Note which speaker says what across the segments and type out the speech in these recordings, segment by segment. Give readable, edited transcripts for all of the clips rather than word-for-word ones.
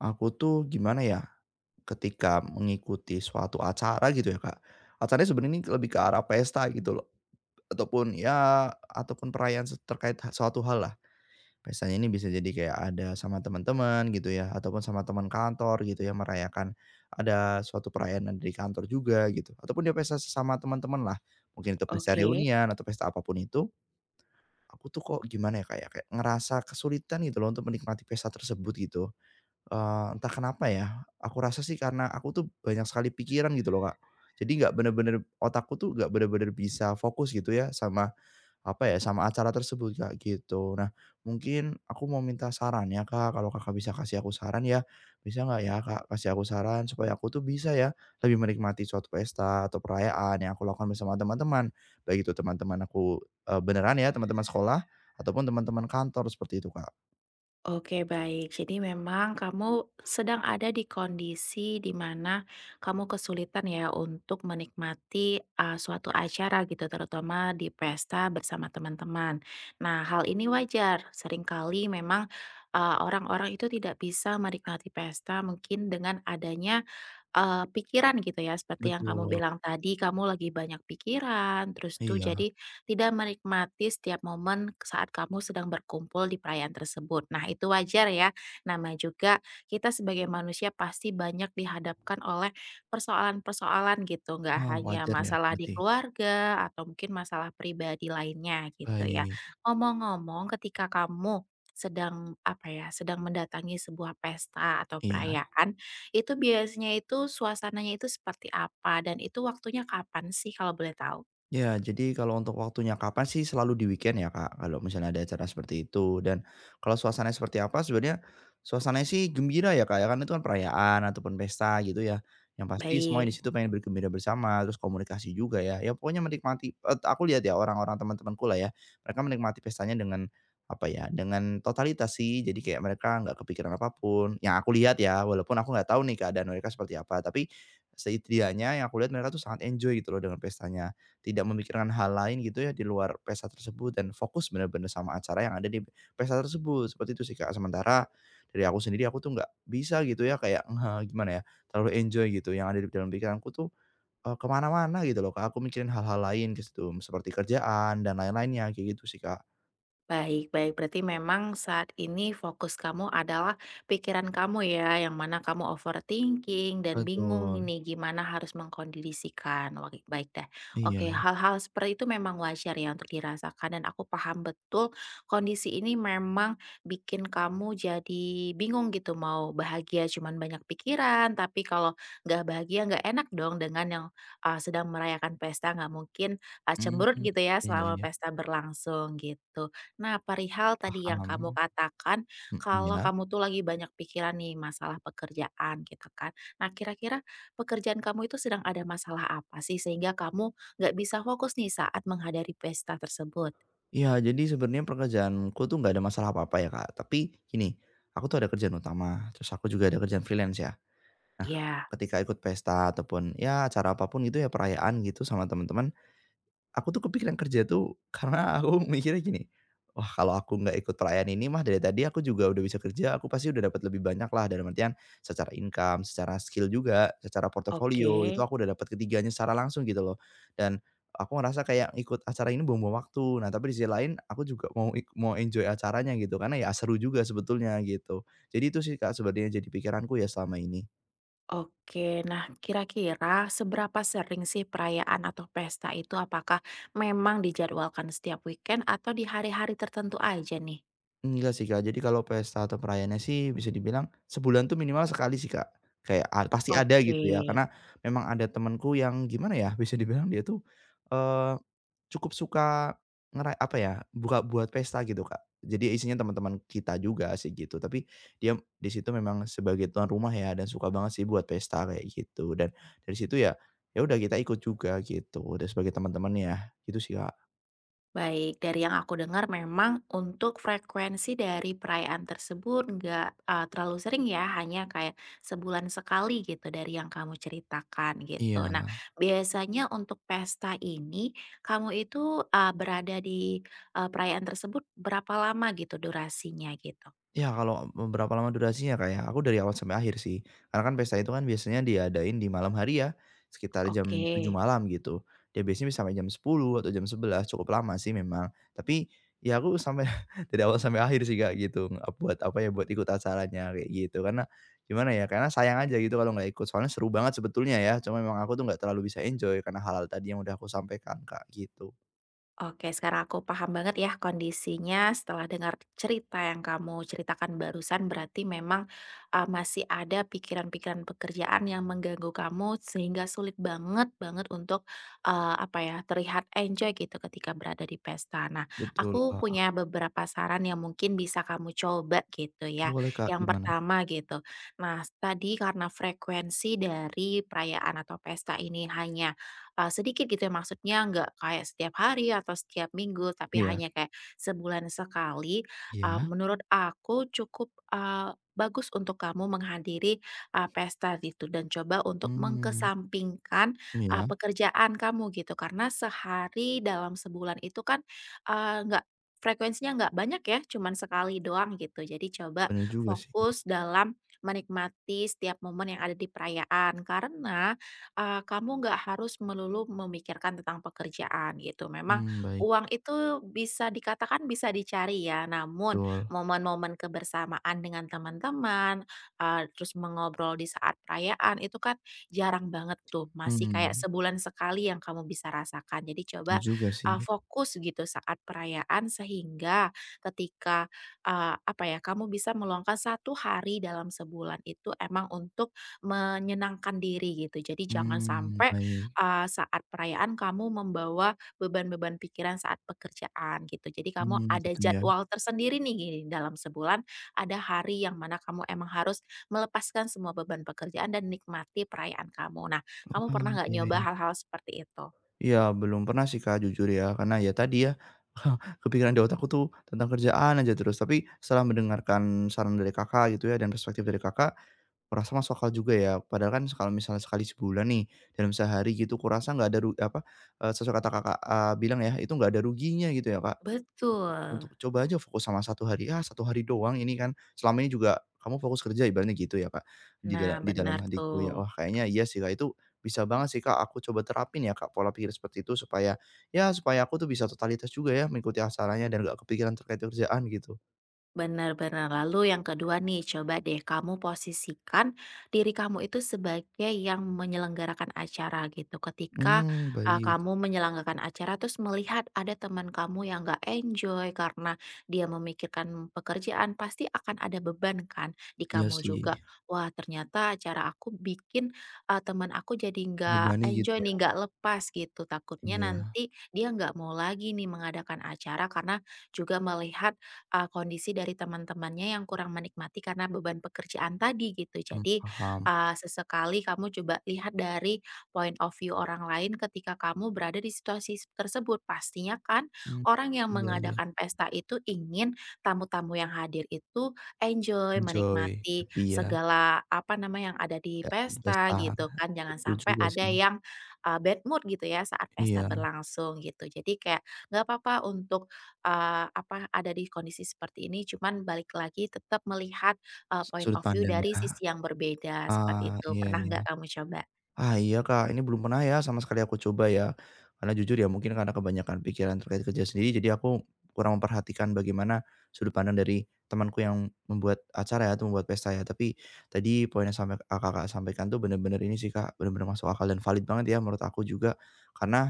Speaker 1: Aku tuh gimana ya, ketika mengikuti suatu acara gitu ya, Kak. Acaranya sebenarnya ini lebih ke arah pesta gitu loh, ataupun perayaan terkait suatu hal lah. Pestanya ini bisa jadi kayak ada sama teman-teman gitu ya, ataupun sama teman kantor gitu ya, merayakan ada suatu perayaan dari kantor juga gitu, ataupun dia pesta sama teman-teman lah. Mungkin itu pesta
Speaker 2: Oke,
Speaker 1: reunian atau pesta apapun itu, aku tuh kok gimana ya, Kak, ya, kayak ngerasa kesulitan gitu loh untuk menikmati pesta tersebut gitu. Entah kenapa ya, aku rasa sih karena aku tuh banyak sekali pikiran gitu loh, Kak. Jadi nggak bener-bener otakku tuh nggak bener-bener bisa fokus gitu ya sama, apa ya, sama acara tersebut, Kak, gitu. Nah, mungkin aku mau minta saran ya, Kak, kalau Kakak bisa kasih aku saran ya, bisa nggak ya, Kak, kasih aku saran supaya aku tuh bisa ya lebih menikmati suatu pesta atau perayaan yang aku lakukan bersama teman-teman, baik itu teman-teman aku, beneran ya, teman-teman sekolah ataupun teman-teman kantor, seperti itu, Kak.
Speaker 2: oke baik. Jadi memang kamu sedang ada di kondisi di mana kamu kesulitan ya untuk menikmati suatu acara gitu, terutama di pesta bersama teman-teman. Nah, hal ini wajar. Seringkali memang orang-orang itu tidak bisa menikmati pesta mungkin dengan adanya pikiran gitu ya, seperti yang kamu
Speaker 1: Betul,
Speaker 2: bilang tadi, kamu lagi banyak pikiran, terus tuh
Speaker 1: iya.
Speaker 2: jadi tidak menikmati setiap momen saat kamu sedang berkumpul di perayaan tersebut. Nah, itu wajar ya, namanya juga kita sebagai manusia pasti banyak dihadapkan oleh persoalan-persoalan gitu, nggak
Speaker 1: Oh,
Speaker 2: hanya
Speaker 1: wajar ya
Speaker 2: masalah di
Speaker 1: berarti.
Speaker 2: keluarga atau mungkin masalah pribadi lainnya gitu ya.
Speaker 1: Baik,
Speaker 2: Ngomong-ngomong, ketika kamu sedang, apa ya, sedang mendatangi sebuah pesta atau
Speaker 1: iya.
Speaker 2: perayaan, itu biasanya itu suasananya itu seperti apa dan itu waktunya kapan sih kalau boleh tahu?
Speaker 1: Ya, jadi kalau untuk waktunya kapan sih selalu di weekend ya Kak, kalau misalnya ada acara seperti itu dan kalau suasananya seperti apa sebenarnya, suasananya sih gembira ya Kak ya, karena itu kan perayaan ataupun pesta gitu ya, yang pasti semua di
Speaker 2: Baik.
Speaker 1: situ pengen bergembira bersama, terus komunikasi juga ya, ya pokoknya menikmati aku lihat ya teman-temanku lah ya, mereka menikmati pestanya dengan, apa ya, dengan totalitas sih, jadi kayak mereka nggak kepikiran apapun. Yang aku lihat ya, walaupun aku nggak tahu nih keadaan mereka seperti apa, tapi setidaknya yang aku lihat mereka tuh sangat enjoy gitu loh dengan pestanya. Tidak memikirkan hal lain gitu ya di luar pesta tersebut dan fokus bener-bener sama acara yang ada di pesta tersebut, seperti itu sih, Kak. Sementara dari aku sendiri aku tuh nggak bisa gitu ya kayak, gimana ya, terlalu enjoy gitu, yang ada di dalam pikiranku tuh, ke mana gitu loh, Kak. Aku mikirin hal-hal lain gitu seperti kerjaan dan lain-lainnya, kayak gitu sih, Kak.
Speaker 2: Baik, baik. Berarti memang saat ini fokus kamu adalah pikiran kamu ya, yang mana kamu overthinking dan bingung
Speaker 1: Betul,
Speaker 2: ini gimana harus mengkondisikan. Wah, baik deh.
Speaker 1: iya,
Speaker 2: Oke, hal-hal seperti itu memang wajar ya untuk dirasakan dan aku paham betul kondisi ini memang bikin kamu jadi bingung gitu mau bahagia cuman banyak pikiran, tapi kalau nggak bahagia nggak enak dong dengan yang sedang merayakan pesta nggak mungkin cemberut
Speaker 1: mhm,
Speaker 2: gitu ya
Speaker 1: iya
Speaker 2: selama
Speaker 1: iya,
Speaker 2: pesta berlangsung gitu. Nah, perihal tadi yang kamu
Speaker 1: paham,
Speaker 2: katakan,
Speaker 1: mhm,
Speaker 2: kalau
Speaker 1: iya.
Speaker 2: kamu tuh lagi banyak pikiran nih masalah pekerjaan gitu kan. Nah, kira-kira pekerjaan kamu itu sedang ada masalah apa sih sehingga kamu nggak bisa fokus nih saat menghadiri pesta tersebut?
Speaker 1: Iya, jadi sebenarnya pekerjaanku tuh nggak ada masalah apa-apa ya, Kak, tapi gini, aku tuh ada kerjaan utama, terus aku juga ada kerjaan freelance ya. Nah,
Speaker 2: Ya,
Speaker 1: ketika ikut pesta ataupun ya acara apapun gitu ya perayaan gitu sama teman-teman, aku tuh kepikiran kerja tuh karena aku mikirnya gini, "Wah, kalau aku nggak ikut perayaan ini mah dari tadi aku juga udah bisa kerja, aku pasti udah dapat lebih banyak lah." Dalam artian secara income, secara skill juga, secara
Speaker 2: oke.
Speaker 1: portofolio, itu aku udah dapat ketiganya secara langsung gitu loh. Dan aku ngerasa kayak ikut acara ini buang-buang waktu. Nah, tapi di sisi lain aku juga mau mau enjoy acaranya gitu, karena ya seru juga sebetulnya gitu. Jadi itu sih Kak sebenarnya jadi pikiranku ya selama ini.
Speaker 2: Oke, nah kira-kira seberapa sering sih perayaan atau pesta itu apakah memang dijadwalkan setiap weekend atau di hari-hari tertentu aja nih?
Speaker 1: Enggak sih, Kak. Jadi kalau pesta atau perayaannya sih bisa dibilang sebulan tuh minimal sekali sih, Kak. Kayak pasti ada
Speaker 2: Oke.
Speaker 1: gitu ya, karena memang ada temenku yang gimana ya, bisa dibilang dia tuh, eee, cukup suka apa ya, buka buat pesta gitu, Kak. Jadi isinya teman-teman kita juga sih gitu, tapi dia di situ memang sebagai tuan rumah ya dan suka banget sih buat pesta kayak gitu. Dan dari situ ya, ya udah kita ikut juga gitu, udah sebagai teman-temannya, gitu sih, Kak.
Speaker 2: Baik, dari yang aku dengar memang untuk frekuensi dari perayaan tersebut nggak, terlalu sering ya, hanya kayak sebulan sekali gitu dari yang kamu ceritakan gitu.
Speaker 1: Iya.
Speaker 2: Nah, biasanya untuk pesta ini kamu itu, berada di, perayaan tersebut berapa lama gitu durasinya gitu?
Speaker 1: Ya kalau berapa lama durasinya, Kak, ya? Aku dari awal sampai akhir sih. Karena kan pesta itu kan biasanya diadain di malam hari ya, sekitar
Speaker 2: Oke.
Speaker 1: jam 7 malam gitu. Dia biasanya bisa sampai jam 10 atau jam 11 cukup lama sih memang. Tapi ya aku sampai dari awal sampai akhir sih, Kak, gitu, buat apa ya, buat ikut acaranya kayak gitu. Karena gimana ya, karena sayang aja gitu kalau nggak ikut, soalnya seru banget sebetulnya ya, cuma memang aku tuh nggak terlalu bisa enjoy karena hal-hal tadi yang udah aku sampaikan, Kak, gitu.
Speaker 2: Oke, sekarang aku paham banget ya kondisinya setelah dengar cerita yang kamu ceritakan barusan berarti memang, masih ada pikiran-pikiran pekerjaan yang mengganggu kamu sehingga sulit banget banget untuk, apa ya, terlihat enjoy gitu ketika berada di pesta. Nah,
Speaker 1: Betul,
Speaker 2: aku
Speaker 1: Kak.
Speaker 2: punya beberapa saran yang mungkin bisa kamu coba gitu ya.
Speaker 1: Boleh, Kak,
Speaker 2: Yang
Speaker 1: gimana?
Speaker 2: pertama gitu, nah tadi karena frekuensi dari perayaan atau pesta ini hanya sedikit gitu ya maksudnya nggak kayak setiap hari atau setiap minggu, tapi
Speaker 1: Iya.
Speaker 2: hanya kayak sebulan sekali,
Speaker 1: Iya?
Speaker 2: menurut aku cukup, bagus untuk kamu menghadiri, pesta gitu dan coba untuk
Speaker 1: Hmm,
Speaker 2: mengkesampingkan,
Speaker 1: iya.
Speaker 2: pekerjaan kamu gitu. Karena sehari dalam sebulan itu kan, nggak frekuensinya nggak banyak ya, cuman sekali doang gitu. Jadi coba
Speaker 1: Bener juga sih.
Speaker 2: fokus dalam menikmati setiap momen yang ada di perayaan, karena kamu nggak harus melulu memikirkan tentang pekerjaan gitu. Memang
Speaker 1: Mmm, baik,
Speaker 2: uang itu bisa dikatakan bisa dicari ya, namun
Speaker 1: betul.
Speaker 2: momen-momen kebersamaan dengan teman-teman, terus mengobrol di saat perayaan itu kan jarang banget tuh, masih kayak
Speaker 1: Mmm,
Speaker 2: sebulan sekali yang kamu bisa rasakan. Jadi coba,
Speaker 1: bener juga sih.
Speaker 2: fokus gitu saat perayaan sehingga ketika, apa ya, kamu bisa meluangkan satu hari dalam sebulan itu emang untuk menyenangkan diri gitu. Jadi jangan
Speaker 1: Mmm,
Speaker 2: sampai,
Speaker 1: baik.
Speaker 2: saat perayaan kamu membawa beban-beban pikiran saat pekerjaan gitu. Jadi kamu
Speaker 1: Mmm,
Speaker 2: ada
Speaker 1: gitu ya.
Speaker 2: jadwal tersendiri nih gini, dalam sebulan, ada hari yang mana kamu emang harus melepaskan semua beban pekerjaan dan nikmati perayaan kamu. Nah, kamu pernah
Speaker 1: Heeh,
Speaker 2: nggak
Speaker 1: iya
Speaker 2: nyoba
Speaker 1: iya.
Speaker 2: hal-hal seperti itu?
Speaker 1: Iya, belum pernah sih, Kak, jujur ya, karena ya tadi ya, kepikiran di otakku tuh tentang kerjaan aja terus. Tapi setelah mendengarkan saran dari Kakak gitu ya dan perspektif dari Kakak, kurasa masuk akal juga ya. Padahal kan kalau misalnya sekali sebulan nih, dalam sehari gitu kurasa nggak ada apa, sesuai kata Kakak, bilang ya, itu nggak ada ruginya gitu ya, Kak.
Speaker 2: Betul.
Speaker 1: Untuk coba aja fokus sama satu hari, ah, satu hari doang ini kan, selama ini juga kamu fokus kerja ibaratnya gitu ya, Kak, di
Speaker 2: Nah,
Speaker 1: dalam di dalam
Speaker 2: benar
Speaker 1: hatiku
Speaker 2: tuh.
Speaker 1: ya. Wah, kayaknya iya sih, Kak, itu bisa banget sih, Kak, aku coba terapin ya, Kak, pola pikir seperti itu supaya ya supaya aku tuh bisa totalitas juga ya mengikuti acaranya dan gak kepikiran terkait kerjaan gitu.
Speaker 2: Bener bener. Lalu yang kedua nih, coba deh kamu posisikan diri kamu itu sebagai yang menyelenggarakan acara gitu. Ketika,
Speaker 1: Mmm, baik.
Speaker 2: kamu menyelenggarakan acara terus melihat ada teman kamu yang nggak enjoy karena dia memikirkan pekerjaan, pasti akan ada beban kan di
Speaker 1: Iya
Speaker 2: kamu juga.
Speaker 1: sih,
Speaker 2: Wah ternyata acara aku bikin, teman aku jadi nggak
Speaker 1: membebani gitu
Speaker 2: enjoy
Speaker 1: ya.
Speaker 2: nih, nggak lepas gitu. Takutnya
Speaker 1: Iya,
Speaker 2: nanti dia nggak mau lagi nih mengadakan acara karena juga melihat kondisi dari teman-temannya yang kurang menikmati karena beban pekerjaan tadi gitu.
Speaker 1: mmm,
Speaker 2: Jadi,
Speaker 1: paham.
Speaker 2: sesekali kamu coba lihat dari point of view orang lain ketika kamu berada di situasi tersebut. Pastinya kan
Speaker 1: Mmm,
Speaker 2: orang yang
Speaker 1: iya iya.
Speaker 2: mengadakan pesta itu ingin tamu-tamu yang hadir itu enjoy,
Speaker 1: Enjoy,
Speaker 2: menikmati
Speaker 1: happy ya,
Speaker 2: segala apa nama yang ada di
Speaker 1: nggak
Speaker 2: pesta
Speaker 1: pesta.
Speaker 2: gitu kan. Jangan
Speaker 1: Betul
Speaker 2: sampai
Speaker 1: juga
Speaker 2: ada
Speaker 1: sih.
Speaker 2: yang, bad mood gitu ya saat pesta
Speaker 1: Iya,
Speaker 2: berlangsung gitu. Jadi kayak nggak apa-apa untuk ada di kondisi seperti ini, cuman balik lagi tetap melihat, point
Speaker 1: sudut
Speaker 2: of view
Speaker 1: pandang
Speaker 2: dari
Speaker 1: ya.
Speaker 2: sisi yang berbeda, seperti
Speaker 1: Ah,
Speaker 2: itu.
Speaker 1: iya
Speaker 2: Pernah nggak
Speaker 1: iya.
Speaker 2: kamu coba?
Speaker 1: Ah, iya, Kak, ini belum pernah ya sama sekali aku coba ya. Karena jujur ya mungkin karena kebanyakan pikiran terkait kerja sendiri jadi aku kurang memperhatikan bagaimana sudut pandang dari temanku yang membuat acara ya, atau membuat pesta ya. Tapi tadi poin yang sampe a Kakak sampaikan tuh bener-bener ini sih, Kak, bener-bener masuk akal dan valid banget ya menurut aku juga. Karena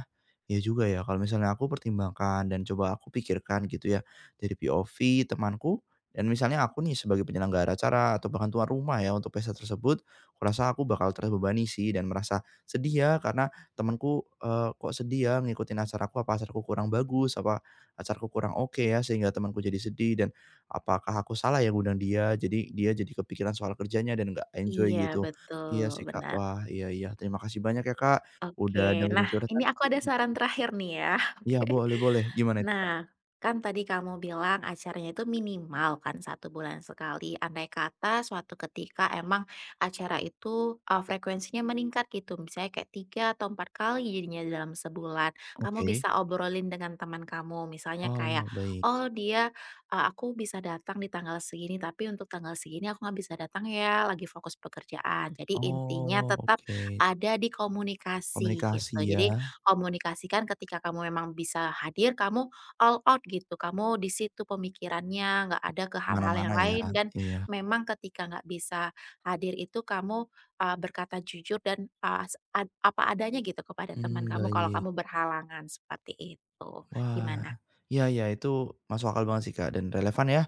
Speaker 1: ya juga ya kalau misalnya aku pertimbangkan dan coba aku pikirkan gitu ya dari POV temanku dan misalnya aku nih sebagai penyelenggara acara atau bahkan tuan rumah ya untuk pesta tersebut, aku rasa aku bakal terbebani sih dan merasa sedih ya karena temanku kok sedih ya ngikutin acaraku, apa acaraku kurang bagus, apa acaraku kurang oke ya sehingga temanku jadi sedih dan apakah aku salah ya ngundang dia jadi kepikiran soal kerjanya dan nggak enjoy
Speaker 2: Iya,
Speaker 1: gitu. Iya sih,
Speaker 2: betul,
Speaker 1: Kak.
Speaker 2: benar.
Speaker 1: Wah, iya iya. Terima kasih banyak ya, Kak,
Speaker 2: Oke,
Speaker 1: udah dengerin
Speaker 2: nah ini aku ada
Speaker 1: curhatanku.
Speaker 2: saran terakhir nih ya,
Speaker 1: Iya,
Speaker 2: oke.
Speaker 1: boleh boleh. Gimana itu, Kak?
Speaker 2: Nah, kan tadi kamu bilang acaranya itu minimal kan satu bulan sekali. Andai kata suatu ketika emang acara itu, frekuensinya meningkat gitu, misalnya kayak 3 atau 4 kali jadinya dalam sebulan. Kamu
Speaker 1: Oke.
Speaker 2: bisa obrolin dengan teman kamu, misalnya
Speaker 1: Oh,
Speaker 2: kayak,
Speaker 1: baik.
Speaker 2: "Oh dia, aku bisa datang di tanggal segini, tapi untuk tanggal segini aku nggak bisa datang ya, lagi fokus pekerjaan." Jadi intinya
Speaker 1: Oh,
Speaker 2: tetap
Speaker 1: oke.
Speaker 2: ada di komunikasi gitu.
Speaker 1: Komunikasi ya,
Speaker 2: Jadi komunikasikan ketika kamu memang bisa hadir, kamu all out gitu, kamu di situ pemikirannya, nggak ada ke
Speaker 1: mana
Speaker 2: hal-hal yang
Speaker 1: mana ya.
Speaker 2: lain dan
Speaker 1: Iya.
Speaker 2: memang ketika nggak bisa hadir itu kamu, berkata jujur dan, se ad apa adanya gitu kepada teman
Speaker 1: Hmm,
Speaker 2: kamu kalau
Speaker 1: baik.
Speaker 2: kamu berhalangan, seperti itu.
Speaker 1: Wah,
Speaker 2: Gimana?
Speaker 1: iya iya itu masuk akal banget sih, Kak, dan relevan ya.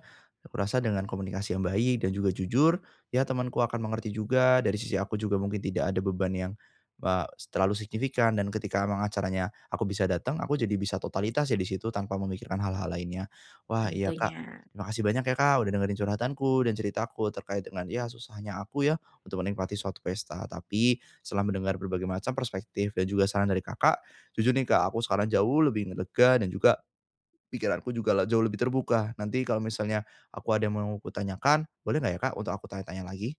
Speaker 1: Aku rasa dengan komunikasi yang baik dan juga jujur, ya temanku akan mengerti juga, dari sisi aku juga mungkin tidak ada beban yang, eee, terlalu signifikan dan ketika emang acaranya aku bisa datang, aku jadi bisa totalitas ya di situ tanpa memikirkan hal-hal lainnya. Wah, iya, Kak,
Speaker 2: Tentunya.
Speaker 1: terima kasih banyak ya, Kak, udah dengerin curhatanku dan ceritaku terkait dengan ya susahnya aku ya untuk menikmati suatu pesta. Tapi setelah mendengar berbagai macam perspektif dan juga saran dari Kakak, jujur nih Kak, aku sekarang jauh lebih lega dan juga pikiranku juga jauh lebih terbuka. Nanti kalau misalnya aku ada yang mau kutanyakan, boleh nggak ya Kak untuk aku tanya-tanya lagi?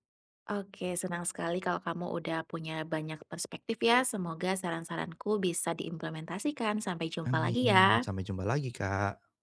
Speaker 2: Oke, senang sekali kalau kamu udah punya banyak perspektif ya, semoga saran-saranku bisa diimplementasikan. Sampai jumpa lagi ya.
Speaker 1: Amin, sampai jumpa lagi Kak.